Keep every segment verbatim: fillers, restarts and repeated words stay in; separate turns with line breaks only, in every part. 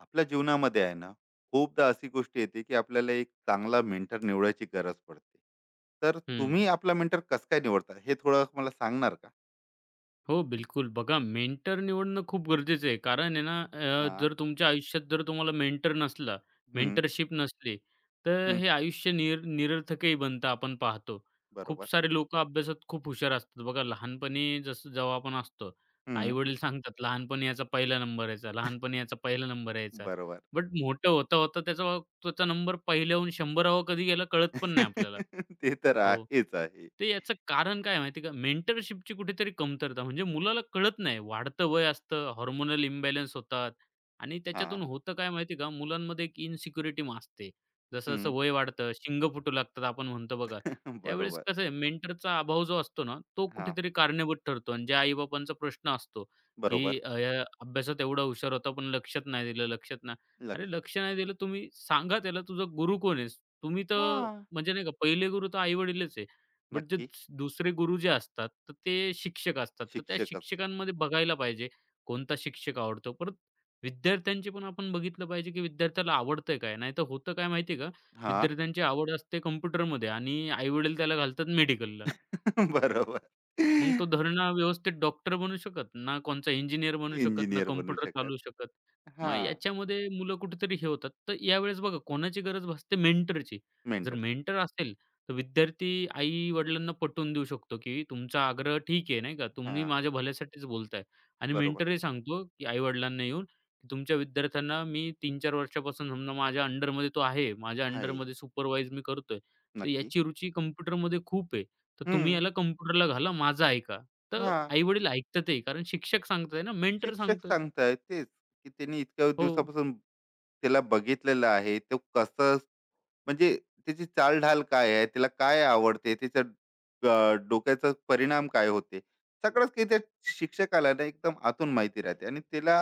आपल्या जीवनामध्ये आहे ना, खूपदा अशी गोष्ट येते की आपल्याला एक चांगला मेंटर निवडायची गरज पडते. तर
हं.
तुम्ही आपला मेंटर कसं काय निवडता, हे थोडं मला सांगणार का?
हो, बिलकुल. बघा मेंटर निवडणं खूप गरजेचं आहे. कारण आहे ना अ,
हा.
जर तुमच्या आयुष्यात जर तुम्हाला मेंटर नसला,
हम्म,
मेंटरशिप नसली, तर
हम्म,
हे आयुष्य निर निरर्थकही बनतं आपण पाहतो. खूप
बरोबर.
सारे लोकं अभ्यासात खूप हुशार असतात. बघा लहानपणी जसं जेव्हा आपण असतो,
हम्म,
आई-वडील सांगतात, "लहानपणी याचा पहिला नंबर यायचा, लहानपणी याचा पहिला नंबर यायचा."
बरोबर.
बट मोठं होता, होता त्याचा त्याचा नंबर पहिल्याहून 100रावा कधी गेला कळत पण नाही आपल्याला.
ते तर
हो.
आहेच आहे.
ते याचं कारण काय आहे माहिती आहे का? मेंटरशिपची कुठेतरी कमतरता. म्हणजे मुलाला कळत नाही. वाढतं वय असतं, हार्मोनल इम्बॅलन्स होतात आणि त्याच्यातून
हा.
होतं काय माहिती का? मुलांमध्ये एक इन्सिक्युरिटी असते. जसं-जसं
हम्म,
वय वाढतं, शिंग फुटू लागतात आपण म्हणतो बघा. त्यावेळेस
बरोबर.
कसं आहे मेंटरचा अभाव जो असतो ना, तो
हा.
कुठेतरी कारणीभूत ठरतो आणि ज्या आई प्रश्न असतो,
बरोबर.
की अ, या "अभ्यासात एवढा हुशार होता पण लक्षात नाही दिलं, लक्षात नाही" अरे
लक्ष.
लक्ष नाही दिलं तुम्ही सांगा त्याला तुझा गुरु कोण आहेस? तुम्ही
हा.
तर म्हणजे नाही का पहिले गुरु तर आई-वडीलच आहे. बट जे
नक्की.
दुस- दुसरे गुरु जे असतात, तर ते शिक्षक असतात. तर त्या
शिक्षकच.
शिक्षकांमध्ये बघायला पाहिजे कोणता शिक्षक आवडतो. परत विद्यार्थ्यांचे पण आपण बघितलं पाहिजे, की विद्यार्थ्याला आवडतंय काय? नाहीतर होतं काय माहिती आहे का?
हा.
विद्यार्थ्यांची आवड असते कॉम्प्युटरमध्ये आणि आई-वडील त्याला घालतात मेडिकलला.
बरोबर.
मग तो धड ना व्यवस्थित डॉक्टर बनू शकत, ना कोणचा इंजिनिअर बनू शकत, ना
इंजिनियर बनू
कॉम्प्युटर चालवू
शकत.
शकत.
हा.
मग याच्यामध्ये मुलं कुठेतरी हे होतात. तर यावेळेस बघा कोणाची गरज भासते मेंटरची. जर
मेंटरची.
मेंटर असेल, तर विद्यार्थी आई-वडिलांना पटवून देऊ शकतो, की तुमचा आग्रह ठीक आहे नाही का,
हा.
तुम्ही माझ्या भल्यासाठीच बोलताय आणि
बरोबर.
मेंटरही सांगतो, की आई-वडिलांना येऊन, की तुमच्या विद्यार्थ्यांना मी तीन चार वर्षापासून समजा माझ्या अंडरमध्ये तो आहे, माझ्या
आहे.
अंडरमध्ये सुपरवाईज मी करतोय. तर
नक्की.
याची रुची कॉम्प्युटरमध्ये खूप आहे. तर तुम्ही
हं.
याला कॉम्प्युटरला घाला, माझं ऐका. तर
हां.
आई-वडील ऐकतातही कारण शिक्षक सांगताय ना, मेंटर
शिक्षक
सांगतोय.
सांगताय तेच, की त्यांनी इतक्या
हो,
दिवसापासून त्याला बघितलेलं आहे. तो कसं, म्हणजे त्याची चालढाल काय आहे? त्याला काय आवडते? त्याच्या अ, डोक्याचा परिणाम काय होते? सगळंच काही त्या शिक्षकाला ना एकदम आतून माहिती राहते आणि त्याला,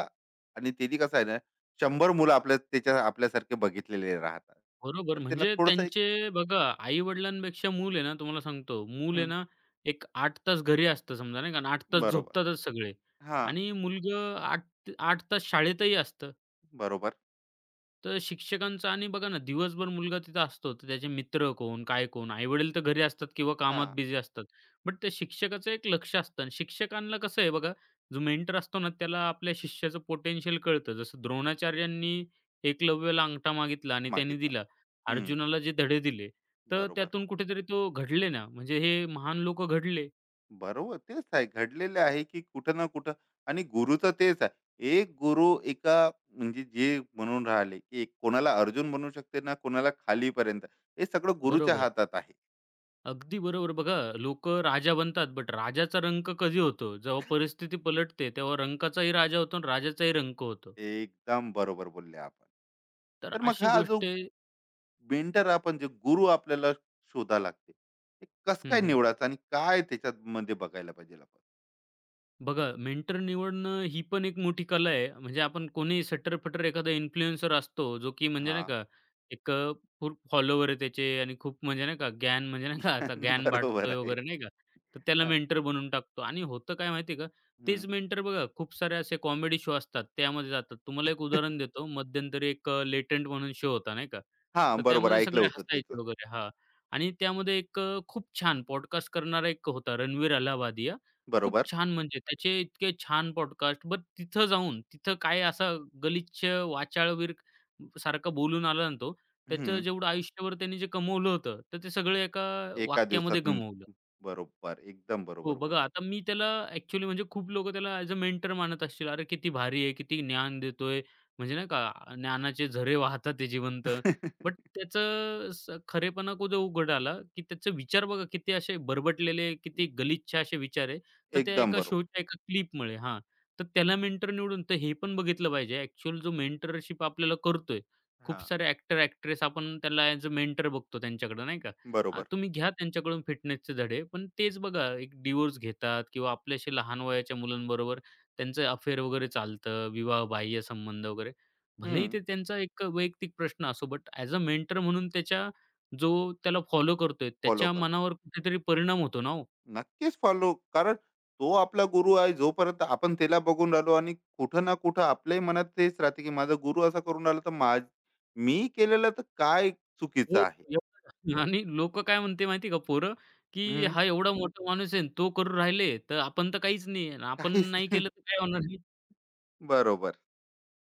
आणि त्यानी कसं आहे ना, शंभर मुलं आपल्या त्याच्या आपल्यासारखे बघितलेले राहतात.
बरोबर.
तर त्याला
म्हणजे
थोडंसं एक.
त्यांचे बघा आई-वडिलांपेक्षा मूल आहे ना, तुम्हाला सांगतो, मूल आहे
हं.
ना, एक आठ तास घरी असतं समजा नाही का, आठ तास
बरोबर.
झोपतातच सगळे
हां.
आणि मुलगं आठ आठ तास शाळेतही असतं.
बरोबर.
तर शिक्षकांचं आणि बघा ना, दिवसभर मुलगा तिथं असतो, तर त्याचे मित्र कोण, काय कोण, आई-वडील तर घरी असतात किंवा कामात
हां.
बिझी असतात. बट त्या शिक्षकाचं एक लक्ष असतं आणि शिक्षकांना कसं आहे बघा, जो मेंटर असतो ना, त्याला आपल्या शिष्याचं पोटेन्शियल कळतं. जसं द्रोणाचार्यांनी एकलव्याला अंगठा मागितला आणि त्यांनी
मागितला.
दिला.
हं.
अर्जुनाला जे धडे दिले, तर
बरोबर.
त्यातून कुठेतरी तो घडले ना, म्हणजे हे महान लोकं घडले.
बरोबर, तेच आहे, घडलेलं आहे की कुठं ना कुठं. आणि गुरुचं तेच आहे, एक गुरु एका, म्हणजे जे म्हणून राहिले की एक कोणाला अर्जुन बनू शकते, ना कोणाला खालीपर्यंत. हे सगळं गुरुच्या
बरोबर.
हातात आहे.
अगदी बरोबर. बघा, लोक राजा बनतात, बट राजाचा रंक कधी होतो? जेव्हा परिस्थिती पलटते, तेव्हा रंकाचाही राजा होतो आणि राजाचाही रंक होतो.
ते एकदम बरोबर बोलले आपण.
तर
तर मग
अशी
हा जो
गोष्ट
मेंटर आपण, जे गुरु आपल्याला शोधा लागते, ते कस
हं,
काय
हं.
निवडायचं आणि काय त्याच्यात मध्ये बघायला पाहिजे आपण?
बघा, मेंटर निवडणं ही पण एक मोठी कला आहे. म्हणजे आपण कोणी सट्टरफटर एखादा इन्फ्लुएन्सर असतो, जो की म्हणजे
हा.
नाही का, एक अ, खूप फॉलोवर आहे त्याचे आणि खूप म्हणजे नाही का, ज्ञान म्हणजे नाही का, आता ज्ञान
बरोबर
वाटतोय
आहे.
वगैरे नाही का, तर त्याला
हा.
मेंटर बनवून टाकतो. आणि होतं काय माहिती आहे का, तेच
हम्म.
मेंटर बघा खूप सारे असे कॉमेडी शो असतात, त्यामध्ये जातात. तुम्हाला एक उदाहरण देतो. मध्यंतरी एक अ, म्हणून शो होता नाही का,
हा,
तर
बरोबर
त्यामध्ये
ऐकलं
सगळे
होतं त्याचं.
हसायचे वगैरे हां. आणि त्यामध्ये एक अ, खूप छान पॉडकास्ट करणारा एक होता रणवीर अलाहाबादी. खूप
बरोबर.
छान म्हणजे त्याचे इतके छान पॉडकास्ट. बट तिथं जाऊन, तिथं काय असा गलिच्छ वाचाळवीर सारखं बोलून आला ना तो, त्याचं
हम्म.
जेवढं आयुष्यभर त्यांनी जे कमवलं होतं, तर ते सगळं एका
एका
वाक्यामध्ये
दिवसात न-.
गमावलं.
बरोबर, एकदम
हो,
बरोबर
बघा
बोलले
आता मी त्याला ॲक्चुअली म्हणजे खूप लोकं त्याला ॲज अ मेंटर मानत असतील. अरे, किती भारी आहे, किती ज्ञान देतोय. म्हणजे नाही का ज्ञानाचे झरे वाहतात ते जिवंत.
आपण.
बट त्याचं स खरेपणा कुठे उघड आला, की त्याचे विचार बघा किती असे बरबटलेले, किती गलिच्छ असे विचार आहे. तर त्या
एकदम
एका
बरोबर.
शोच्या एका क्लिपमुळे हां, तर त्याला मेंटर निवडून तर हे पण बघितलं पाहिजे ॲक्चुअल जो मेंटरशिप आपल्याला करतोय.
हा.
खूप सारे ॲक्टर, ॲक्ट्रेस आपण त्याला ॲज अ मेंटर बघतो त्यांच्याकडे नाही का? हां,
बरोबर.
तुम्ही घ्या त्यांच्याकडून फिटनेसचे धडे. पण तेच बघा एक डिव्होर्स घेतात किंवा आपल्याशी लहान वयाच्या मुलांबरोबर त्यांचं अफेअर वगैरे चालतं, विवाहबाह्य संबंध वगैरे. भलेही
हम्म.
ते त्यांचा एक वैयक्तिक प्रश्न असो, बट ॲज अ मेंटर म्हणून त्याच्या जो त्याला फॉलो करतोय,
फॉलो
त्याच्या
करतो.
मनावर कुठेतरी परिणाम होतो ना हो.
नक्कीच फॉलो, कारण तो आपला गुरु आहे. जोपर्यंत आपण त्याला बघून राहिलो, आणि कुठं ना कुठं आपल्याही मनात तेच राहते, की माझा गुरु असा करून राहिला, तर माझ, मी केलेलं तर काय चुकीचं
हो,
आहे?
एवढं आणि लोकं काय म्हणते माहिती आहे का पोरं, की
हम्म.
हा एवढा मोठा माणूस आहे आणि तो करू राहिले, तर आपण तर काहीच नाही आपण
काहीच
नाही
नाही.
केलं तर काय होणार
बरोबर.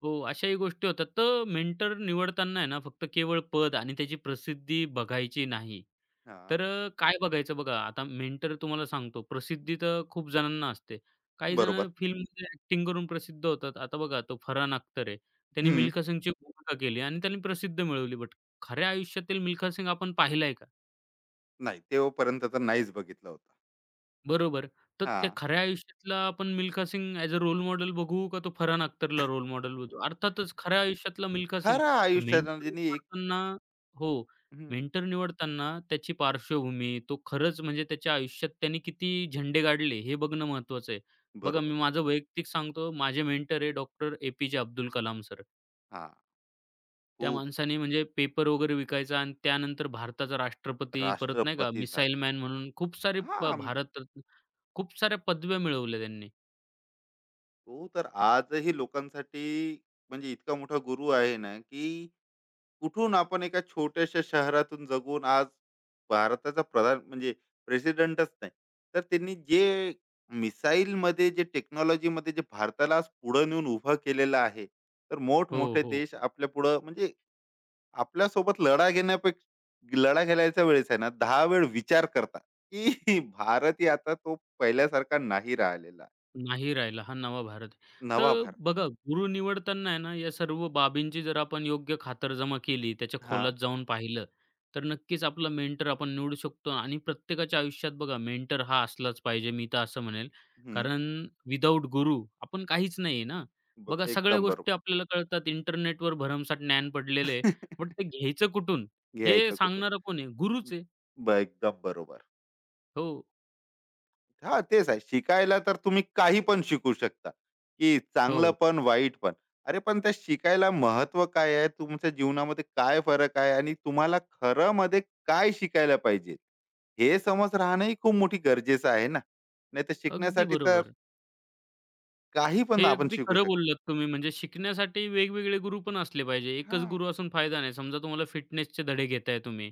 हो, अशाही गोष्टी होतात. तर मेंटर निवडताना आहे ना, फक्त केवळ पद आणि त्याची प्रसिद्धी बघायची नाही.
हा.
तर अ, काय बघायचं बघा, आता मेंटर तुम्हाला सांगतो, प्रसिद्धी तर खूप जणांना असते. काही
बरोबर.
जण फिल्ममध्ये ॲक्टिंग करून प्रसिद्ध होतात. आता बघा, तो फरहान अख्तर आहे. त्यांनी
हम्म.
मिल्खा सिंगची भूमिका केली आणि त्यांनी प्रसिद्ध मिळवली. बट खऱ्या आयुष्यातील मिल्खा सिंग आपण पाहिलाय का?
नाही, तेव्हापर्यंत तर नाहीच बघितलं होतं.
बरोबर. तर
हा.
त्या खऱ्या आयुष्यातला आपण Milkha Singh as a role model बघू का तो फरहान अख्तरला रोल मॉडेल बघू? अर्थातच खऱ्या आयुष्यातला मिल्खा सिंग.
खरं
तर
आयुष्यात
मेंटर
जिने एक.
निवडताना हो,
हम्म.
मेंटर निवडताना त्याची पार्श्वभूमी, तो खरंच म्हणजे त्याच्या आयुष्यात त्याने किती झेंडे गाडले हे बघणं महत्त्वाचं आहे. बघा मी
बरोबर.
माझं वैयक्तिक सांगतो, माझे मेंटर आहे doctor A P J Abdul Kalam sir.
हां,
त्या
खूप.
माणसाने म्हणजे पेपर वगैरे विकायचा आणि त्यानंतर भारताचा राष्ट्रपती, परत नाही का
राष्ट्रपती झाला.
मिसाईल मॅन म्हणून खूप सारे प
हां,
भारत रत्न, खूप साऱ्या पदव्या मिळवल्या त्यांनी.
तो तर आजही लोकांसाठी, म्हणजे इतका मोठा गुरु आहे ना, की कुठून आपण एका छोट्याशा शहरातून जगून, आज भारताचा प्रधान, म्हणजे प्रेसिडेंटच नाही. तर त्यांनी जे मिसाईलमध्ये, जे टेक्नॉलॉजीमध्ये, जे भारताला आज पुढे नेऊन उभं केलेलं आहे. तर
हो,
मोठमोठे
हो.
देश आपल्या पुढं, म्हणजे आपल्यासोबत लढा घेण्यापेक्ष, लढा घालायच्या वेळेस आहे ना, दहा वेळ विचार करता, की भारत ही आता तो पहिल्यासारखा नाही राहिलेला आहे.
नाही राहिला. हा नवा भारत आहे.
नवा
तर
भारत.
बघा गुरु निवडताना आहे ना, या सर्व बाबींची जर आपण योग्य खातरजमा केली, त्याच्या
हां.
खोलात जाऊन पाहिलं, तर नक्कीच आपला मेंटर आपण निवडू शकतो आणि प्रत्येकाच्या आयुष्यात बघा मेंटर हा असलाच पाहिजे, मी तर असं म्हणेल.
हं.
कारण विदाऊट गुरु आपण काहीच नाही ना.
ब
बघा सगळ्या
एकदम बरोबर.
गोष्टी आपल्याला कळतात. इंटरनेटवर भरमसाठ ज्ञान पडलेलं पण ते घ्यायचं कुठून? हे
घ्यायचं कुठून?
सांगणारा कोण आहे? गुरुच आहे.
ब एकदम बरोबर.
हो,
हां, तेच आहे. शिकायला तर तुम्ही काही पण शिकू शकता, की
हो.
चांगलं पण, वाईट पण. अरे, पण त्या शिकायला महत्त्व काय आहे? तुमच्या जीवनामध्ये काय फरक आहे? आणि तुम्हाला खरं मध्ये काय शिकायला पाहिजे? हे समज राहणंही खूप मोठी गरजेचं आहे ना. नाहीतर
अगदी
शिकण्यासाठी तर
बरोबर.
काही पण
हे
आपण
अगदी
शिकू
खरं
शकतो.
बोललात तुम्ही. म्हणजे शिकण्यासाठी वेगवेगळे गुरु पण असले पाहिजे. एकच
हां,
गुरु असून फायदा नाही. समजा तुम्हाला फिटनेसचे धडे घेताय तुम्ही,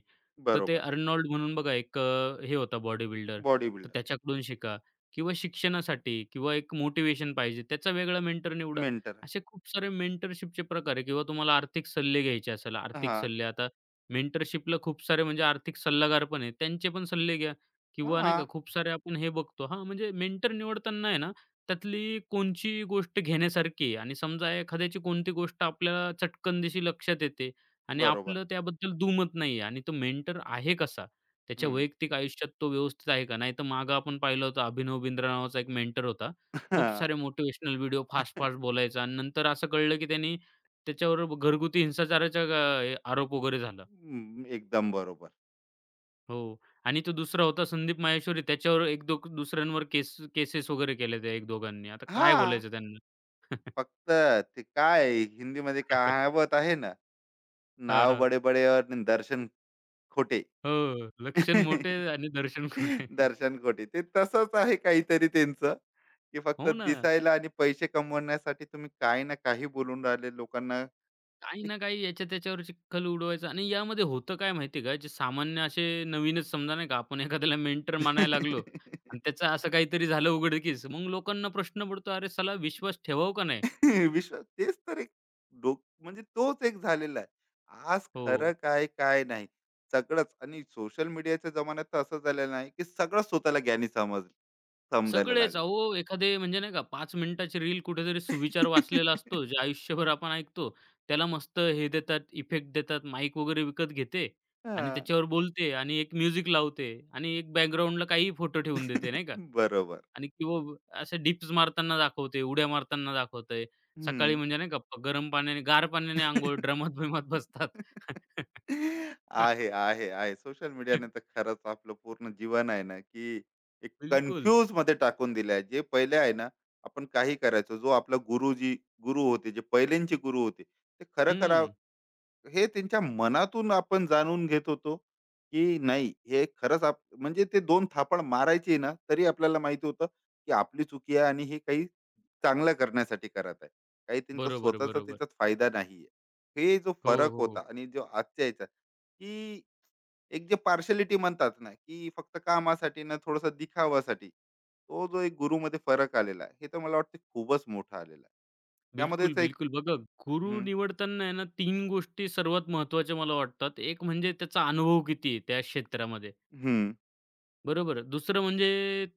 तर ते
बरोबर.
अर्नोल्ड म्हणून बघा एक अ, हे होता बॉडी बिल्डर.
बॉडी
तर
बिल्डर.
त्याच्याकडून शिका किंवा शिक्षणासाठी किंवा एक मोटिव्हेशन पाहिजे, त्याचा वेगळा मेंटर निवडा.
मेंटर आहे.
असे खूप सारे मेंटरशिपचे प्रकार आहे किंवा तुम्हाला आर्थिक सल्ले घ्यायचे असेल, आर्थिक
हां,
सल्ले आता मेंटरशिपला खूप सारे म्हणजे आर्थिक सल्लागार पण आहेत. त्यांचे पण सल्ले घ्या किंवा नाही का
हां,
खूप सारे आपण हे बघतो हां, म्हणजे मेंटर निवडताना आहे ना, त्यातली कोणची गोष्ट घेण्यासारखी आहे आणि समजा एखाद्याची कोणती गोष्ट आपल्याला चटकन दिशी लक्षात येते आणि
बरोबर.
आपलं त्याबद्दल दुमत नाही आहे आणि तो मेंटर आहे कसा? त्याच्या
हं.
वैयक्तिक आयुष्यात तो व्यवस्थित आहे का? नाहीतर मागं आपण पाहिलं होतं अभिनव बिंद्रा नावाचा एक मेंटर होता. खूप
हां.
सारे मोटिव्हेशनल व्हिडिओ
हं,
फास्ट-फास्ट बोलायचा आणि नंतर असं कळलं की त्यांनी त्याच्यावर ब- घरगुती हिंसाचाराचा अ, आरोप वगैरे झाला.
एकदम बरोबर.
हो आणि तो दुसरा होता संदीप माहेश्वरी त्याच्यावर एक दो दुसऱ्यांवर केस केसेस वगैरे केल्या त्या एक दोघांनी. आता काय
हां.
बोलायचं त्यांना?
फक्त, ते काय आहे, हिंदीमध्ये कहावत आहे ना,
हां,
नाव
हां.
बडे-बडे और दर्शन खोटे.
हो. लक्षण मोठे आणि दर्शन खोटे.
दर्शन खोटे. ते तसंच आहे काहीतरी त्यांचं, की फक्त
हो ना.
दिसायला आणि पैसे कमवण्यासाठी तुम्ही काही ना काही बोलून राहिले लोकांना.
काही
एक.
ना काही याच्या त्याच्यावर चिखल उडवायचा आणि यामध्ये होतं काय माहिती आहे का, जे सामान्य असे नवीनच समजा नाही का, आपण एखाद्याला मेंटर मानायला लागलो आणि त्याचं असं काहीतरी झालं उघडकीस, मग लोकांना प्रश्न पडतो, "अरे, साला विश्वास ठेवावा का नाही?"
विश्वास, तेच तर एक डोक, म्हणजे तोच एक झालेला आहे. आज
हो.
खरं काय, काय नाही. सगळंच. आणि सोशल मीडियाच्या जमान्यात तर असं झालेलं आहे, की सगळं स्वतःला ज्ञानी समज समजायला
सगळेच
लागलं.
अहो, एखादे म्हणजे नाही का पाच मिनिटाची रील कुठेतरी सुविचार वाचलेला असतो, जे आयुष्यभर आपण ऐकतो. त्याला मस्त हे देतात, इफेक्ट देतात, माईक वगैरे विकत घेते आणि
हां.
त्याच्यावर बोलते आणि एक म्युझिक लावते आणि एक बॅकग्राऊंडला काहीही फोटो ठेवून देते, नाही का?
बरोबर.
आणि किंवा ब- असे डिप्स मारताना दाखवते, उड्या मारताना दाखवते. सकाळी
हं.
म्हणजे नाही का प- गरम पाण्याने, गार पाण्याने अंघोळ, ड्रमात-बिमात बसतात.
आहे, आहे, आहे. सोशल मीडियाने तर खरंच आपलं पूर्ण जीवन आहे ना, की एक
बिलकुल.
कन्फ्यूज कन्फ्यूजमध्ये टाकून दिलं आहे. जे पहिले आहे ना, आपण काही करायचो. जो आपला गुरुजी गुरु होते, जे पहिल्यांचे गुरु होते, ते खरं खरा,
हं.
हे त्यांच्या मनातून आपण जाणून घेत होतो, की नाही हे खरंच आप, म्हणजे ते दोन थापड मारायचे ना, तरी आपल्याला माहिती होतं, की आपली चुकी आहे आणि हे काही चांगलं करण्यासाठी करत आहे. काही त्यांचा
बरोबर,
स्वतःचा
बरोबर.
त्याच्यात फायदा नाहीये. हे जो
हो,
फरक होता
हो.
आणि जो आजच्या ह्याचा, की एक जे पार्शालिटी म्हणतात ना, की फक्त कामासाठी ना थोडासा दिखावासाठी, तो जो एक गुरूमध्ये फरक आलेला आहे, हे तर मला वाटतं खूपच मोठा आलेला आहे.
बिलकुल,
त्यामध्येच एक.
बिलकुल. बघा गुरु
हं,
निवडताना आहे ना तीन गोष्टी सर्वात महत्त्वाच्या मला वाटतात. एक म्हणजे त्याचा अनुभव किती आहे त्या क्षेत्रामध्ये,
हं.
बरोबर. दुसरं म्हणजे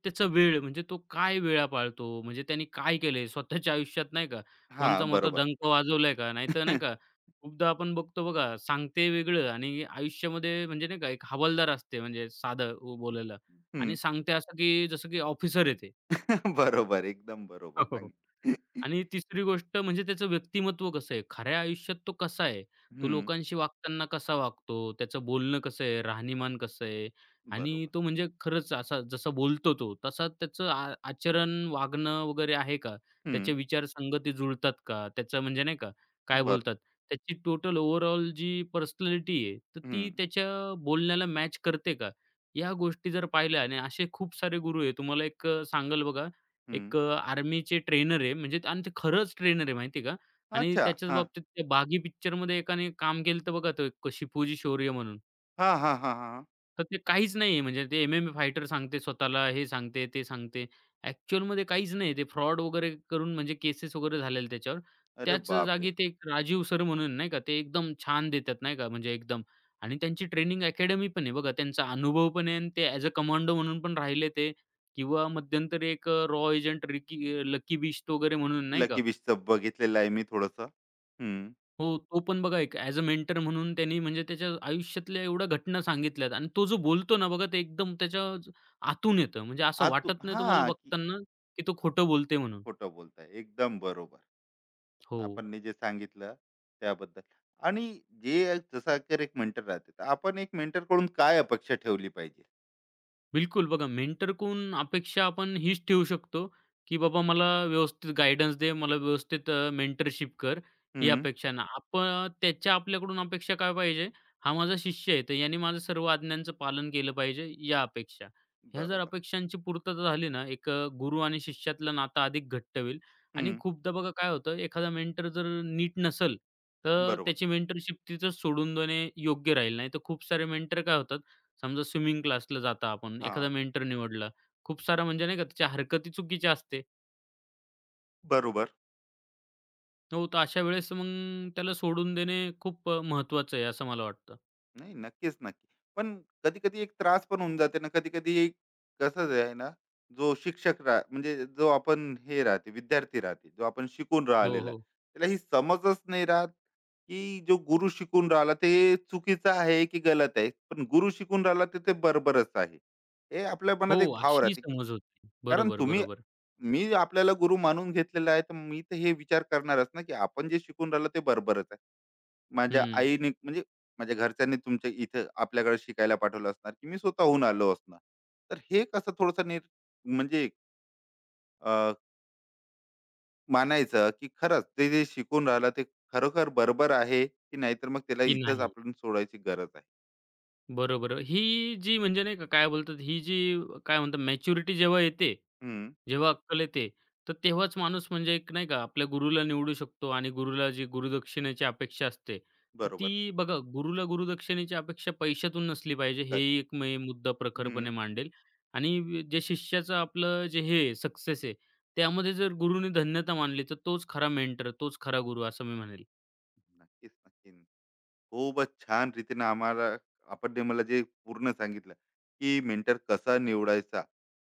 त्याचा वेळ म्हणजे तो काय वेळा पाळतो, म्हणजे त्याने काय केलंय स्वतःच्या आयुष्यात नाही का,
हां,
कोणचा मोठा
बरोबर.
डंक वाजवलाय का? नाहीतर नाही का, खूपदा आपण बघतो बघा सांगते वेगळं आणि आयुष्यामध्ये म्हणजे नाही का एक हवालदार असते म्हणजे साधं बोलायला
हं.
आणि सांगते असं की जसं की ऑफिसर आहे
बरोबर. एकदम बरोबर सांगितलं.
आणि तिसरी गोष्ट म्हणजे त्याचं व्यक्तिमत्व कसं आहे, खऱ्या आयुष्यात तो कसा आहे, तो
हं.
लोकांशी वागताना कसा वागतो, त्याचं बोलणं कसं आहे, राहणीमान कसं आहे आणि
बरोबर.
तो म्हणजे खरंच असा जसा बोलतो तो, तसा त्याचं आ आचरण, वागणं वगैरे आहे का?
हं.
त्याचे विचार संगती जुळतात का? त्याचं म्हणजे नाही का, काय
बरं.
बोलतात, त्याची टोटल ओव्हरऑल जी पर्सनॅलिटी आहे, तर
हं.
ती त्याच्या बोलण्याला मॅच करते का? या गोष्टी जर पाहिल्या आणि असे खूप सारे गुरु आहे. तुम्हाला एक अ, सांगाल बघा
हं.
एक अ, आर्मीचे ट्रेनर आहे म्हणजे आणि ते खरंच ट्रेनर आहे माहिती आहे का आणि
अच्छा.
त्याच्याच
हां.
बाबतीत ते 'बागी' पिक्चरमध्ये एकाने काम केलं होतं बघा, तो एक शिपूजी शौर्य म्हणून.
हां, हां, हां, हां.
तर ते काहीच नाहीये म्हणजे ते एम-एम-ए फायटर सांगते स्वतःला, हे सांगते, ते सांगते. ॲक्चुअलमध्ये काहीच नाही. ते फ्रॉड वगैरे करून म्हणजे केसेस वगैरे झालेल्या त्याच्यावर.
अरे
त्याच
बापरे!
जागी ते एक राजीव सर म्हणून नाही का, ते एकदम छान देतात नाही का म्हणजे एकदम आणि त्यांची ट्रेनिंग अकॅडमी पण आहे बघा. त्यांचा अनुभव पण आहे आणि ते ॲज अ कमांडो म्हणून पण राहिले ते किंवा मध्यंतरी एक रॉ एजंट रिकी लकी बिश्त वगैरे म्हणून नाही का,
लकी बिस्टचं बघितलेलं आहे मी थोडंसं. हं.
हो, तो पण बघा एक ॲज अ मेंटर म्हणून त्यांनी म्हणजे त्याच्या आयुष्यातल्या एवढ्या घटना सांगितल्यात आणि तो जो बोलतो ना बघा, ते एकदम त्याच्या ज- आतून येतं. म्हणजे असं
आतून
वाटत नाही तुम्हाला
हां, की
बघताना, की तो खोटं बोलते म्हणून.
खोटं बोलताय. एकदम बरोबर.
हो.
आपण जे सांगितलं त्याबद्दल. आणि जे जसं अगर एक मेंटर राहते, तर आपण एक मेंटरकडून काय अपेक्षा ठेवली पाहिजे?
बिलकुल. बघा मेंटरकडून अपेक्षा आपण हीच ठेवू शकतो, की बाबा मला व्यवस्थित गाईडन्स दे, मला व्यवस्थित मेंटरशिप कर, ही
हं.
अपेक्षा ना. आपण त्याच्या आपल्याकडून अपेक्षा काय पाहिजे? हा माझा शिष्य आहे, तर याने माझं सर्व आज्ञांचं पालन केलं पाहिजे, या अपेक्षा. ह्या जर
बरोबर.
अपेक्षांची पूर्तता झाली ना, एक अ, गुरू आणि शिष्यातलं नातं अधिक घट्ट होईल आणि
हं.
खूपदा बघा काय होतं, एखादा मेंटर जर नीट नसेल, तर
बरोबर.
त्याची मेंटरशिप तिथंच सोडून देणे योग्य राहील. नाहीतर खूप सारे मेंटर काय होतात, समजा स्विमिंग क्लासला जाता आपण,
हां.
एखादा मेंटर निवडला. खूप सारा म्हणजे नाही का त्याच्या हरकती चुकीच्या असते.
बरोबर.
हो, तर अशा वेळेस मग त्याला सोडून देणे खूप अ, महत्त्वाचं आहे असं मला वाटतं.
नाही, नक्कीच, नक्की. पण कधी-कधी एक त्रास पण होऊन जाते ना, कधी-कधी एक, कसं आहे ना, जो शिक्षक रा, म्हणजे जो आपण हे राहते, विद्यार्थी राहते, जो आपण शिकून
हो,
राहिलेला आहे,
हो.
त्याला ही समजच नाही राहत, की जो गुरु शिकून राहिला ते चुकीचं आहे की गलत आहे. पण गुरु शिकून राहिला तर ते बरोबरच आहे. हे आपल्या
हो,
मनात एक भाव
अशी
राहते, की
समज होती.
कारण
बरोबर,
तुम्ही,
बरोबर.
मी आपल्याला गुरु मानून घेतलेला आहे, तर मी तर हे विचार करणारच ना, की आपण जे शिकून राहिलो ते बरोबरच आहे. माझ्या
हं,
आईने म्हणजे माझ्या घरच्यांनी तुमच्या इथे आपल्याकडे शिकायला पाठवलं असणार, की मी स्वतःहून आलो असणार. तर हे कसं थोडंसं निर, म्हणजे, अ, मानायचं की खरंच ते जे शिकून राहिलं ते खरोखर बरोबर आहे की नाहीतर मग त्याला
की
इथंच
नाही.
आपण सोडायची गरज आहे.
बरोबर. ही जी म्हणजे नाही का काय बोलतात, ही जी काय म्हणतात मॅच्युरिटी जेव्हा येते,
हं,
जेव्हा अक्कल येते, तर तेव्हाच माणूस म्हणजे एक नाही का आपल्या गुरुला निवडू शकतो आणि गुरुला जी गुरुदक्षिणेची अपेक्षा असते, तर
बरोबर.
ती बघा गुरुला गुरुदक्षिणेची अपेक्षा पैशातून नसली पाहिजे. हेही एक मी मुद्दा
हं,
प्रखरपणे मांडेल आणि वि- जे शिष्याचं आपलं जे हे सक्सेस आहे, त्यामध्ये जर गुरुने धन्यता मानली, तर तोच खरा मेंटर, तोच खरा गुरु असं मी म्हणेल.
नक्कीच, नक्की. खूपच छान रीतीने आम्हाला आपण मला जे पूर्ण सांगितलं, की मेंटर कसा निवडायचा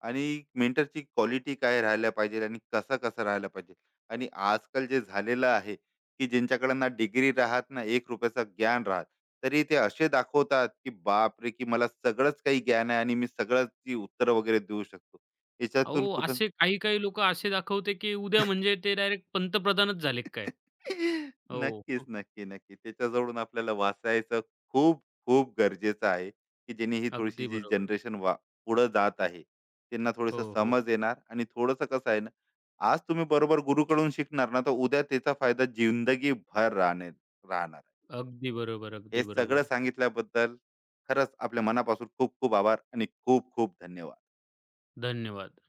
आणि मेंटरची क्वालिटी काय राहायला पाहिजे आणि कसा कसा राहायला पाहिजे. आणि आजकाल जे झालेलं आहे, की ज्यांच्याकडे ना डिग्री राहत ना एक रुपयाचं ज्ञान राहत, तरी ते असे दाखवतात की बाप रे, की मला सगळंच काही ज्ञान आहे आणि मी सगळंच ती उत्तरं वगैरे देऊ शकतो. याच्यातून
अहो,
कुठं.
असे काही-काही लोकं असे दाखवते, की उद्या म्हणजे ते डायरेक्ट पंतप्रधानच झाले काय? हो.
नक्कीच, नक्की, नक्की. त्याच्याजवळून आपल्याला वाचायचं खूप, खूप गरजेचं आहे, की जेणे ही थोडीशी
अगदी
जी
बरोबर.
जनरेशन वा पुढं जात आहे, त्यांना थोडंसं
हो, हो.
समज येणार आणि थोडंसं कसं आहे ना, आज तुम्ही बरोबर गुरूकडून शिकणार ना, तर उद्या त्याचा फायदा जिंदगीभर राहणे राहणार. आहे.
अगदी बरोबर,
हे
अगदी
सगळं
बरोबर.
सांगितल्याबद्दल खरंच आपल्या मनापासून खूप खूप आभार आणि खूप खूप धन्यवाद.
धन्यवाद.